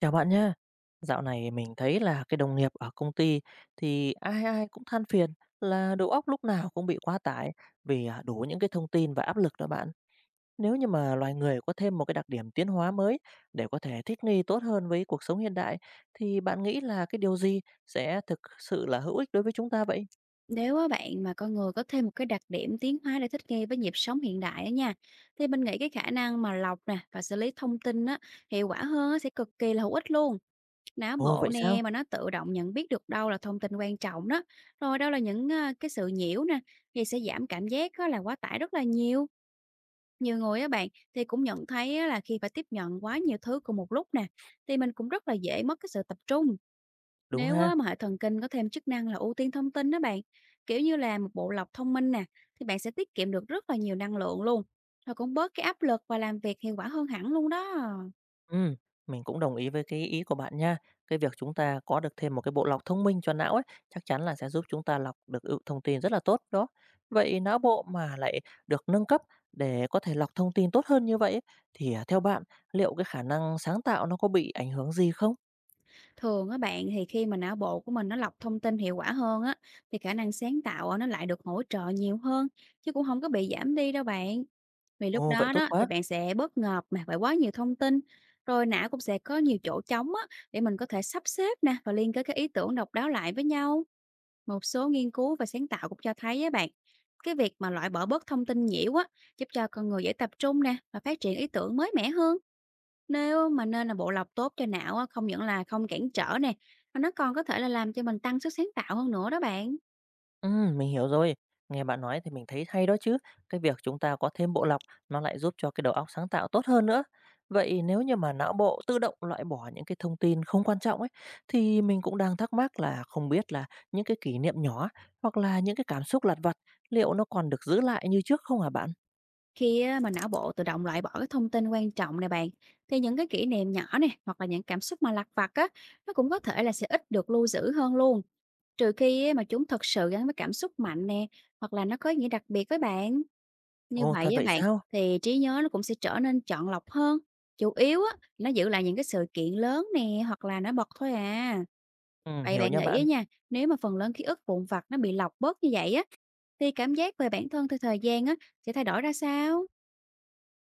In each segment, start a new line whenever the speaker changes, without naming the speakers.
Chào bạn nhé. Dạo này mình thấy là cái đồng nghiệp ở công ty thì ai ai cũng than phiền là đầu óc lúc nào cũng bị quá tải vì đủ những cái thông tin và áp lực đó bạn. Nếu như mà loài người có thêm một cái đặc điểm tiến hóa mới để có thể thích nghi tốt hơn với cuộc sống hiện đại thì bạn nghĩ là cái điều gì sẽ thực sự là hữu ích đối với chúng ta vậy?
Nếu á bạn mà con người có thêm một cái đặc điểm tiến hóa để thích nghi với nhịp sống hiện đại á nha, thì mình nghĩ cái khả năng mà lọc nè và xử lý thông tin á hiệu quả hơn á, sẽ cực kỳ là hữu ích luôn. Não
Ồ,
bộ
vậy sao?
nè mà nó tự động nhận biết được đâu là thông tin quan trọng đó, rồi đâu là những cái sự nhiễu nè, thì sẽ giảm cảm giác á, là quá tải rất là nhiều. Nhiều người á bạn thì cũng nhận thấy á, là khi phải tiếp nhận quá nhiều thứ cùng một lúc nè, thì mình cũng rất là dễ mất cái sự tập trung.
Đúng
Nếu
ha.
á, mà hệ thần kinh có thêm chức năng là ưu tiên thông tin đó bạn, kiểu như là một bộ lọc thông minh nè, thì bạn sẽ tiết kiệm được rất là nhiều năng lượng luôn. Rồi cũng bớt cái áp lực và làm việc hiệu quả hơn hẳn luôn đó.
Ừ, mình cũng đồng ý với cái ý của bạn nha. Cái việc chúng ta có được thêm một cái bộ lọc thông minh cho não ấy, chắc chắn là sẽ giúp chúng ta lọc được thông tin rất là tốt đó. Vậy não bộ mà lại được nâng cấp để có thể lọc thông tin tốt hơn như vậy ấy, thì theo bạn, liệu cái khả năng sáng tạo nó có bị ảnh hưởng gì không?
Thường á bạn thì khi mà não bộ của mình nó lọc thông tin hiệu quả hơn á, thì khả năng sáng tạo á, nó lại được hỗ trợ nhiều hơn, chứ cũng không có bị giảm đi đâu bạn. Vì lúc
Ồ, vậy
đó
tốt
đó thì
quá.
bạn sẽ bớt ngợp mà bởi quá nhiều thông tin, rồi não cũng sẽ có nhiều chỗ trống á, để mình có thể sắp xếp nè và liên kết các ý tưởng độc đáo lại với nhau. Một số nghiên cứu và sáng tạo cũng cho thấy á bạn, cái việc mà loại bỏ bớt thông tin nhiễu á, giúp cho con người dễ tập trung nè và phát triển ý tưởng mới mẻ hơn. Nếu mà nên là bộ lọc tốt cho não á, không những là không cản trở nè, mà nó còn có thể là làm cho mình tăng sức sáng tạo hơn nữa đó bạn.
Mình hiểu rồi. Nghe bạn nói thì mình thấy hay đó chứ. Cái việc chúng ta có thêm bộ lọc nó lại giúp cho cái đầu óc sáng tạo tốt hơn nữa. Vậy nếu như mà não bộ tự động loại bỏ những cái thông tin không quan trọng ấy, thì mình cũng đang thắc mắc là không biết là những cái kỷ niệm nhỏ hoặc là những cái cảm xúc lặt vặt liệu nó còn được giữ lại như trước không hả bạn?
Khi á, mà não bộ tự động loại bỏ cái thông tin quan trọng này bạn, thì những cái kỷ niệm nhỏ này hoặc là những cảm xúc mà lặt vặt á, nó cũng có thể là sẽ ít được lưu giữ hơn luôn. Trừ khi á, mà chúng thật sự gắn với cảm xúc mạnh nè, hoặc là nó có ý nghĩa đặc biệt với bạn. Như
Ồ,
vậy
thật
với
vậy
bạn,
sao?
thì trí nhớ nó cũng sẽ trở nên chọn lọc hơn. Chủ yếu á, nó giữ lại những cái sự kiện lớn nè, hoặc là nó bật thôi à. Vậy
Hiểu
bạn
nha
nghĩ á
bạn.
nha, nếu mà phần lớn ký ức vụn vặt nó bị lọc bớt như vậy á, thì cảm giác về bản thân theo thời gian á sẽ thay đổi ra sao?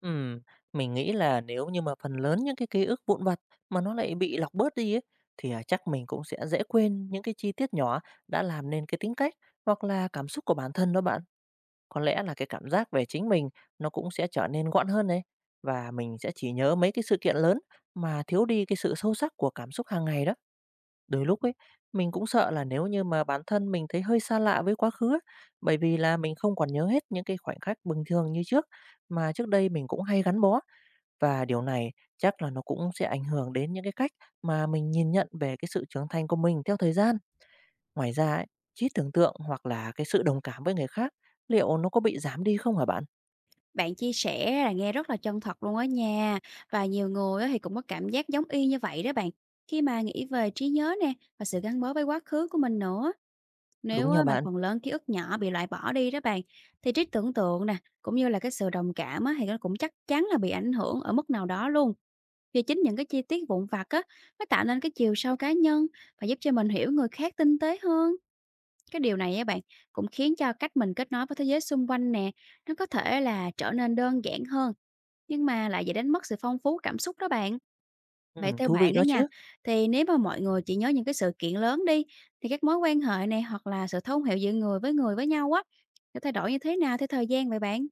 Ừm, mình nghĩ là nếu như mà phần lớn những cái ký ức vụn vặt mà nó lại bị lọc bớt đi ấy, thì, chắc mình cũng sẽ dễ quên những cái chi tiết nhỏ đã làm nên cái tính cách hoặc là cảm xúc của bản thân đó bạn. Có lẽ là cái cảm giác về chính mình nó cũng sẽ trở nên gọn hơn đấy, và mình sẽ chỉ nhớ mấy cái sự kiện lớn mà thiếu đi cái sự sâu sắc của cảm xúc hàng ngày đó. Đôi lúc ấy, mình cũng sợ là nếu như mà bản thân mình thấy hơi xa lạ với quá khứ á, bởi vì là mình không còn nhớ hết những cái khoảnh khắc bình thường như trước, mà trước đây mình cũng hay gắn bó. Và điều này chắc là nó cũng sẽ ảnh hưởng đến những cái cách mà mình nhìn nhận về cái sự trưởng thành của mình theo thời gian. Ngoài ra ấy, trí tưởng tượng hoặc là cái sự đồng cảm với người khác, liệu nó có bị giảm đi không hả bạn?
Bạn chia sẻ là nghe rất là chân thật luôn á nha, và nhiều người á thì cũng có cảm giác giống y như vậy đó bạn. Khi mà nghĩ về trí nhớ nè và sự gắn bó với quá khứ của mình nữa,
Đúng
nếu
nha
á mà
bạn.
phần lớn ký ức nhỏ bị loại bỏ đi đó bạn, thì trí tưởng tượng nè, cũng như là cái sự đồng cảm á thì nó cũng chắc chắn là bị ảnh hưởng ở mức nào đó luôn. Vì chính những cái chi tiết vụn vặt á, nó tạo nên cái chiều sâu cá nhân và giúp cho mình hiểu người khác tinh tế hơn. Cái điều này á bạn, cũng khiến cho cách mình kết nối với thế giới xung quanh nè, nó có thể là trở nên đơn giản hơn, nhưng mà lại dẫn đến mất sự phong phú cảm xúc đó bạn.
Ừ,
Vậy theo
thú vị
bạn á
đó
nha,
chứ.
thì nếu mà mọi người chỉ nhớ những cái sự kiện lớn đi, thì các mối quan hệ này hoặc là sự thấu hiểu giữa người với nhau á, sẽ thay đổi như thế nào theo thời gian vậy bạn?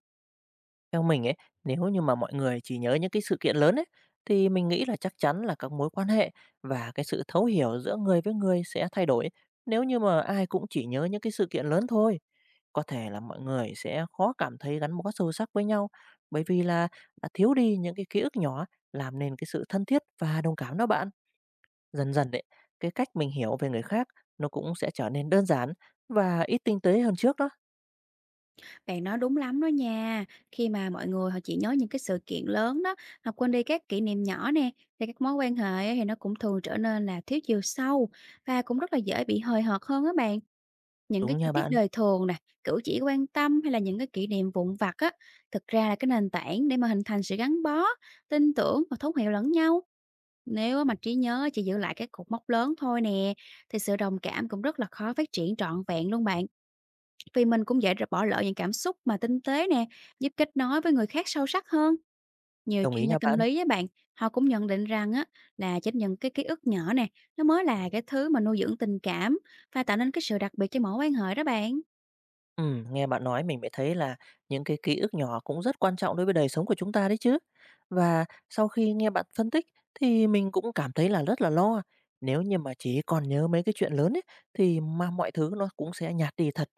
Theo mình ấy, nếu như mà mọi người chỉ nhớ những cái sự kiện lớn ấy, thì mình nghĩ là chắc chắn là các mối quan hệ và cái sự thấu hiểu giữa người với người sẽ thay đổi, nếu như mà ai cũng chỉ nhớ những cái sự kiện lớn thôi. Có thể là mọi người sẽ khó cảm thấy gắn bó sâu sắc với nhau, bởi vì là đã thiếu đi những cái ký ức nhỏ làm nên cái sự thân thiết và đồng cảm đó bạn. Dần dần đấy, cái cách mình hiểu về người khác nó cũng sẽ trở nên đơn giản và ít tinh tế hơn trước đó.
Bạn nói đúng lắm đó nha. Khi mà mọi người họ chỉ nhớ những cái sự kiện lớn đó, họ quên đi các kỷ niệm nhỏ nè, thì các mối quan hệ á thì nó cũng thường trở nên là thiếu chiều sâu và cũng rất là dễ bị hời hợt hơn á bạn. Những cái
Đúng
chi
nha
tiết
bạn,
đời thường nè, cử chỉ quan tâm hay là những cái kỷ niệm vụn vặt á, thực ra là cái nền tảng để mà hình thành sự gắn bó, tin tưởng và thấu hiểu lẫn nhau. Nếu á mà trí nhớ chỉ giữ lại các cột mốc lớn thôi nè, thì sự đồng cảm cũng rất là khó phát triển trọn vẹn luôn bạn, vì mình cũng dễ bỏ lỡ những cảm xúc mà tinh tế nè, giúp kết nối với người khác sâu sắc hơn. Nhiều
đồng ý
chuyên gia
nha
tâm
bạn.
lý với bạn, họ cũng nhận định rằng á là chấp nhận cái ký ức nhỏ nè, nó mới là cái thứ mà nuôi dưỡng tình cảm và tạo nên cái sự đặc biệt cho mỗi quan hệ đó bạn.
Nghe bạn nói mình mới thấy là những cái ký ức nhỏ cũng rất quan trọng đối với đời sống của chúng ta đấy chứ. Và sau khi nghe bạn phân tích, thì mình cũng cảm thấy là rất là lo. Nếu như mà chỉ còn nhớ mấy cái chuyện lớn ấy thì mà mọi thứ nó cũng sẽ nhạt đi thật.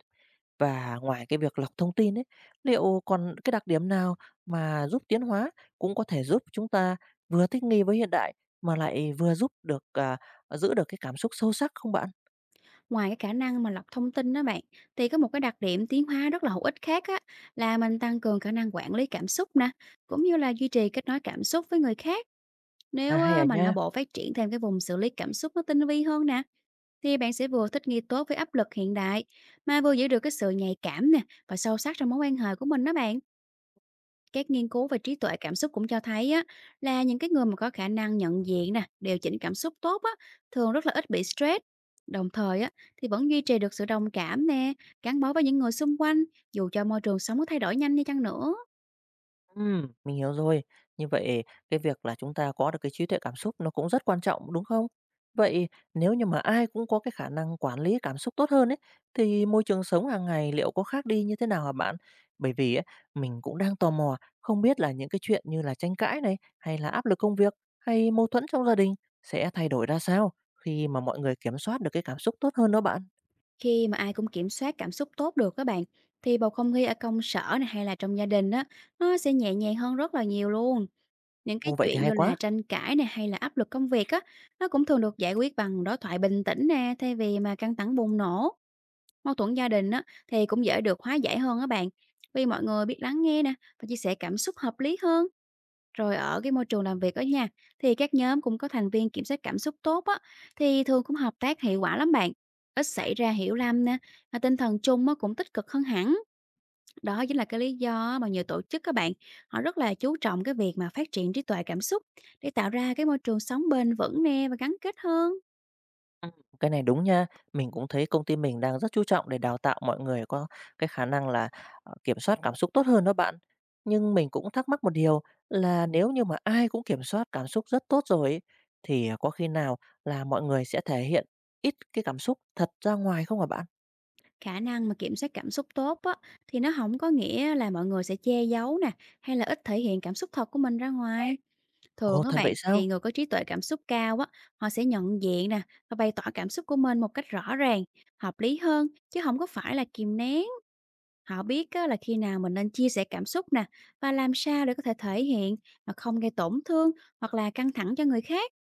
Và ngoài cái việc lọc thông tin ấy, liệu còn cái đặc điểm nào mà giúp tiến hóa cũng có thể giúp chúng ta vừa thích nghi với hiện đại, mà lại vừa giúp được giữ được cái cảm xúc sâu sắc không bạn?
Ngoài cái khả năng mà lọc thông tin đó bạn, thì có một cái đặc điểm tiến hóa rất là hữu ích khác á là mình tăng cường khả năng quản lý cảm xúc nè, cũng như là duy trì kết nối cảm xúc với người khác.
À,
Nếu
hay
á,
à
mà não
nha.
bộ phát triển thêm cái vùng xử lý cảm xúc nó tinh vi hơn nè, thì bạn sẽ vừa thích nghi tốt với áp lực hiện đại mà vừa giữ được cái sự nhạy cảm nè và sâu sắc trong mối quan hệ của mình đó bạn. Các nghiên cứu về trí tuệ cảm xúc cũng cho thấy á, là những cái người mà có khả năng nhận diện nè điều chỉnh cảm xúc tốt á, thường rất là ít bị stress, đồng thời á, thì vẫn duy trì được sự đồng cảm nè, gắn bó với những người xung quanh dù cho môi trường sống có thay đổi nhanh đi chăng nữa.
Mình hiểu rồi. Như vậy cái việc là chúng ta có được cái trí tuệ cảm xúc nó cũng rất quan trọng, đúng không? Vậy nếu như mà ai cũng có cái khả năng quản lý cảm xúc tốt hơn ấy, thì môi trường sống hàng ngày liệu có khác đi như thế nào hả bạn? Bởi vì ấy, mình cũng đang tò mò, không biết là những cái chuyện như là tranh cãi này, hay là áp lực công việc, hay mâu thuẫn trong gia đình sẽ thay đổi ra sao khi mà mọi người kiểm soát được cái cảm xúc tốt hơn đó bạn.
Khi mà ai cũng kiểm soát cảm xúc tốt được các bạn, thì bầu không khí ở công sở này hay là trong gia đình á, nó sẽ nhẹ nhàng hơn rất là nhiều luôn. Những cái
Ồ, vậy thì
chuyện
hay
như
quá.
là tranh cãi này hay là áp lực công việc á, nó cũng thường được giải quyết bằng đối thoại bình tĩnh nè, thay vì mà căng thẳng bùng nổ. Mâu thuẫn gia đình á, thì cũng dễ được hóa giải hơn á bạn. Vì mọi người biết lắng nghe nè, và chia sẻ cảm xúc hợp lý hơn. Rồi ở cái môi trường làm việc ở nhà, thì các nhóm cũng có thành viên kiểm soát cảm xúc tốt á, thì thường cũng hợp tác hiệu quả lắm bạn. Ít xảy ra hiểu lầm nè, và tinh thần chung á, cũng tích cực hơn hẳn. Đó chính là cái lý do mà nhiều tổ chức các bạn, họ rất là chú trọng cái việc mà phát triển trí tuệ cảm xúc để tạo ra cái môi trường sống bền vững nè và gắn kết hơn.
Ừm, cái này đúng nha. Mình cũng thấy công ty mình đang rất chú trọng để đào tạo mọi người có cái khả năng là, kiểm soát cảm xúc tốt hơn đó bạn. Nhưng mình cũng thắc mắc một điều là nếu như mà ai cũng kiểm soát cảm xúc rất tốt rồi ấy, thì có khi nào là mọi người sẽ thể hiện ít cái cảm xúc thật ra ngoài không hả bạn?
Khả năng mà kiểm soát cảm xúc tốt á, thì nó không có nghĩa là mọi người sẽ che giấu nè hay là ít thể hiện cảm xúc thật của mình ra ngoài. Thường
Ồ,
á
thật
bạn,
vậy sao?
thì người có trí tuệ cảm xúc cao á, họ sẽ nhận diện nè và bày tỏ cảm xúc của mình một cách rõ ràng, hợp lý hơn chứ không có phải là kìm nén. Họ biết á, là khi nào mình nên chia sẻ cảm xúc nè và làm sao để có thể thể hiện mà không gây tổn thương hoặc là căng thẳng cho người khác.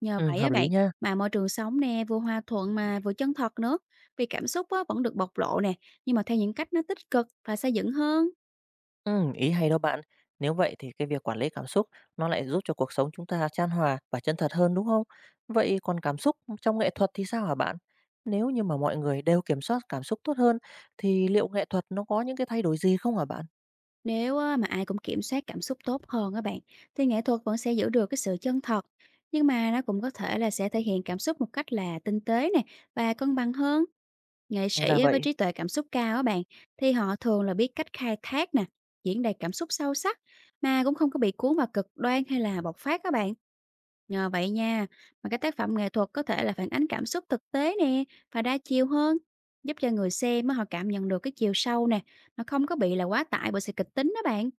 Nhờ vậy
Hợp
á
lý
bạn,
nha.
mà môi trường sống nè vừa hòa thuận mà vừa chân thật nữa, vì cảm xúc á, vẫn được bộc lộ nè, nhưng mà theo những cách nó tích cực và xây dựng hơn.
Ý hay đó bạn. Nếu vậy thì cái việc quản lý cảm xúc nó lại giúp cho cuộc sống chúng ta chan hòa và chân thật hơn, đúng không? Vậy còn cảm xúc trong nghệ thuật thì sao hả bạn? Nếu như mà mọi người đều kiểm soát cảm xúc tốt hơn thì liệu nghệ thuật nó có những cái thay đổi gì không hả bạn?
Nếu á, mà ai cũng kiểm soát cảm xúc tốt hơn các bạn, thì nghệ thuật vẫn sẽ giữ được cái sự chân thật, nhưng mà nó cũng có thể là sẽ thể hiện cảm xúc một cách là tinh tế nè và cân bằng hơn. Nghệ
Hay
sĩ
là
á, với
vậy?
trí tuệ cảm xúc cao các bạn, thì họ thường là biết cách khai thác nè, diễn đạt cảm xúc sâu sắc mà cũng không có bị cuốn vào cực đoan hay là bộc phát các bạn. Nhờ vậy nha, mà cái tác phẩm nghệ thuật có thể là phản ánh cảm xúc thực tế nè và đa chiều hơn, giúp cho người xem á, họ cảm nhận được cái chiều sâu nè, nó không có bị là quá tải bởi sự kịch tính đó bạn.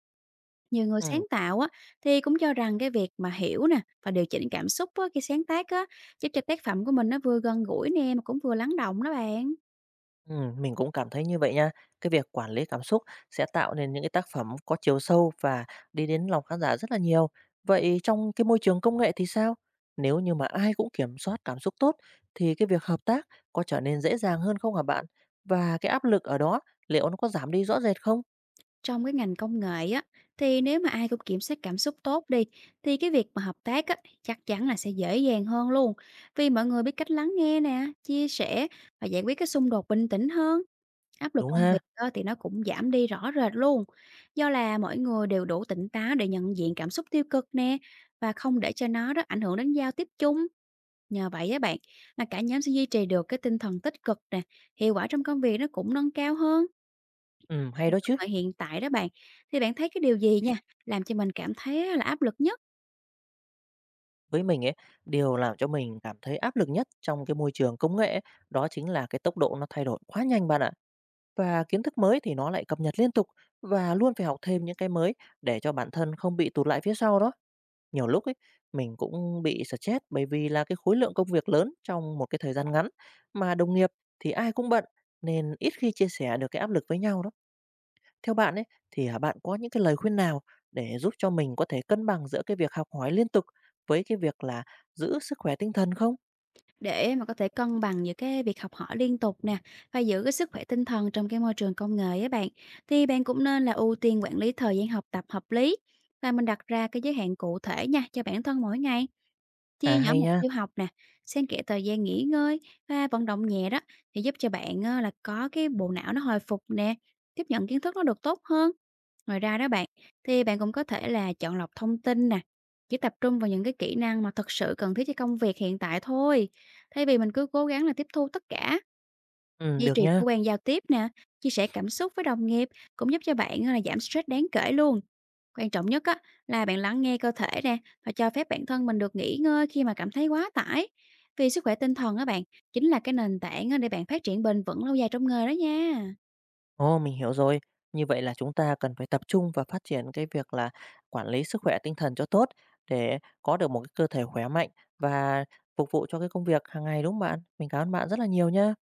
Nhiều người
Ừ.
sáng tạo á, thì cũng cho rằng cái việc mà hiểu nè và điều chỉnh cảm xúc á, khi sáng tác á, giúp cho tác phẩm của mình nó vừa gần gũi nè mà cũng vừa lắng động đó bạn.
Mình cũng cảm thấy như vậy nha. Cái việc quản lý cảm xúc sẽ tạo nên những cái tác phẩm có chiều sâu và đi đến lòng khán giả rất là nhiều. Vậy trong cái môi trường công nghệ thì sao? Nếu như mà ai cũng kiểm soát cảm xúc tốt thì cái việc hợp tác có trở nên dễ dàng hơn không hả bạn? Và cái áp lực ở đó liệu nó có giảm đi rõ rệt không?
Trong cái ngành công nghệ á, thì nếu mà ai cũng kiểm soát cảm xúc tốt đi, thì cái việc mà hợp tác á, chắc chắn là sẽ dễ dàng hơn luôn. Vì mọi người biết cách lắng nghe nè, chia sẻ và giải quyết cái xung đột bình tĩnh hơn. Áp lực
Đúng
công việc
ha?
á, thì nó cũng giảm đi rõ rệt luôn, do là mọi người đều đủ tỉnh táo để nhận diện cảm xúc tiêu cực nè và không để cho nó đó ảnh hưởng đến giao tiếp chung. Nhờ vậy á bạn, mà cả nhóm sẽ duy trì được cái tinh thần tích cực nè, hiệu quả trong công việc nó cũng nâng cao hơn.
Hay
Rồi
đó
công
chứ.
nghệ hiện tại đó bạn, thì bạn thấy cái điều gì nha làm cho mình cảm thấy là áp lực nhất?
Với mình ấy, điều làm cho mình cảm thấy áp lực nhất trong cái môi trường công nghệ ấy, đó chính là cái tốc độ nó thay đổi quá nhanh bạn ạ. Và kiến thức mới thì nó lại cập nhật liên tục, và luôn phải học thêm những cái mới để cho bản thân không bị tụt lại phía sau đó. Nhiều lúc ấy, mình cũng bị stress bởi vì là cái khối lượng công việc lớn trong một cái thời gian ngắn, mà đồng nghiệp thì ai cũng bận nên ít khi chia sẻ được cái áp lực với nhau đó. Theo bạn ấy thì bạn có những cái lời khuyên nào để giúp cho mình có thể cân bằng giữa cái việc học hỏi liên tục với cái việc là giữ sức khỏe tinh thần không?
Để mà có thể cân bằng giữa cái việc học hỏi liên tục nè và giữ cái sức khỏe tinh thần trong cái môi trường công nghệ á bạn, thì bạn cũng nên là ưu tiên quản lý thời gian học tập hợp lý và mình đặt ra cái giới hạn cụ thể nha cho bản thân mỗi ngày. Chia
À,
nhỏ
hay
mục
nha.
tiêu học nè, xen kẽ thời gian nghỉ ngơi và vận động nhẹ đó, thì giúp cho bạn là có cái bộ não nó hồi phục nè, tiếp nhận kiến thức nó được tốt hơn. Ngoài ra đó bạn, thì bạn cũng có thể là chọn lọc thông tin nè, chỉ tập trung vào những cái kỹ năng mà thật sự cần thiết cho công việc hiện tại thôi. Thay vì mình cứ cố gắng là tiếp thu tất cả,
Ừ,
duy
được
trì
nha.
thói quen giao tiếp nè, chia sẻ cảm xúc với đồng nghiệp cũng giúp cho bạn là giảm stress đáng kể luôn. Quan trọng nhất á, là bạn lắng nghe cơ thể nè và cho phép bản thân mình được nghỉ ngơi khi mà cảm thấy quá tải. Vì sức khỏe tinh thần á bạn, chính là cái nền tảng á để bạn phát triển bền vững lâu dài trong nghề đó nha.
Ồ, mình hiểu rồi. Như vậy là chúng ta cần phải tập trung và phát triển cái việc là quản lý sức khỏe tinh thần cho tốt để có được một cái cơ thể khỏe mạnh và phục vụ cho cái công việc hàng ngày, đúng không bạn? Mình cảm ơn bạn rất là nhiều nhá.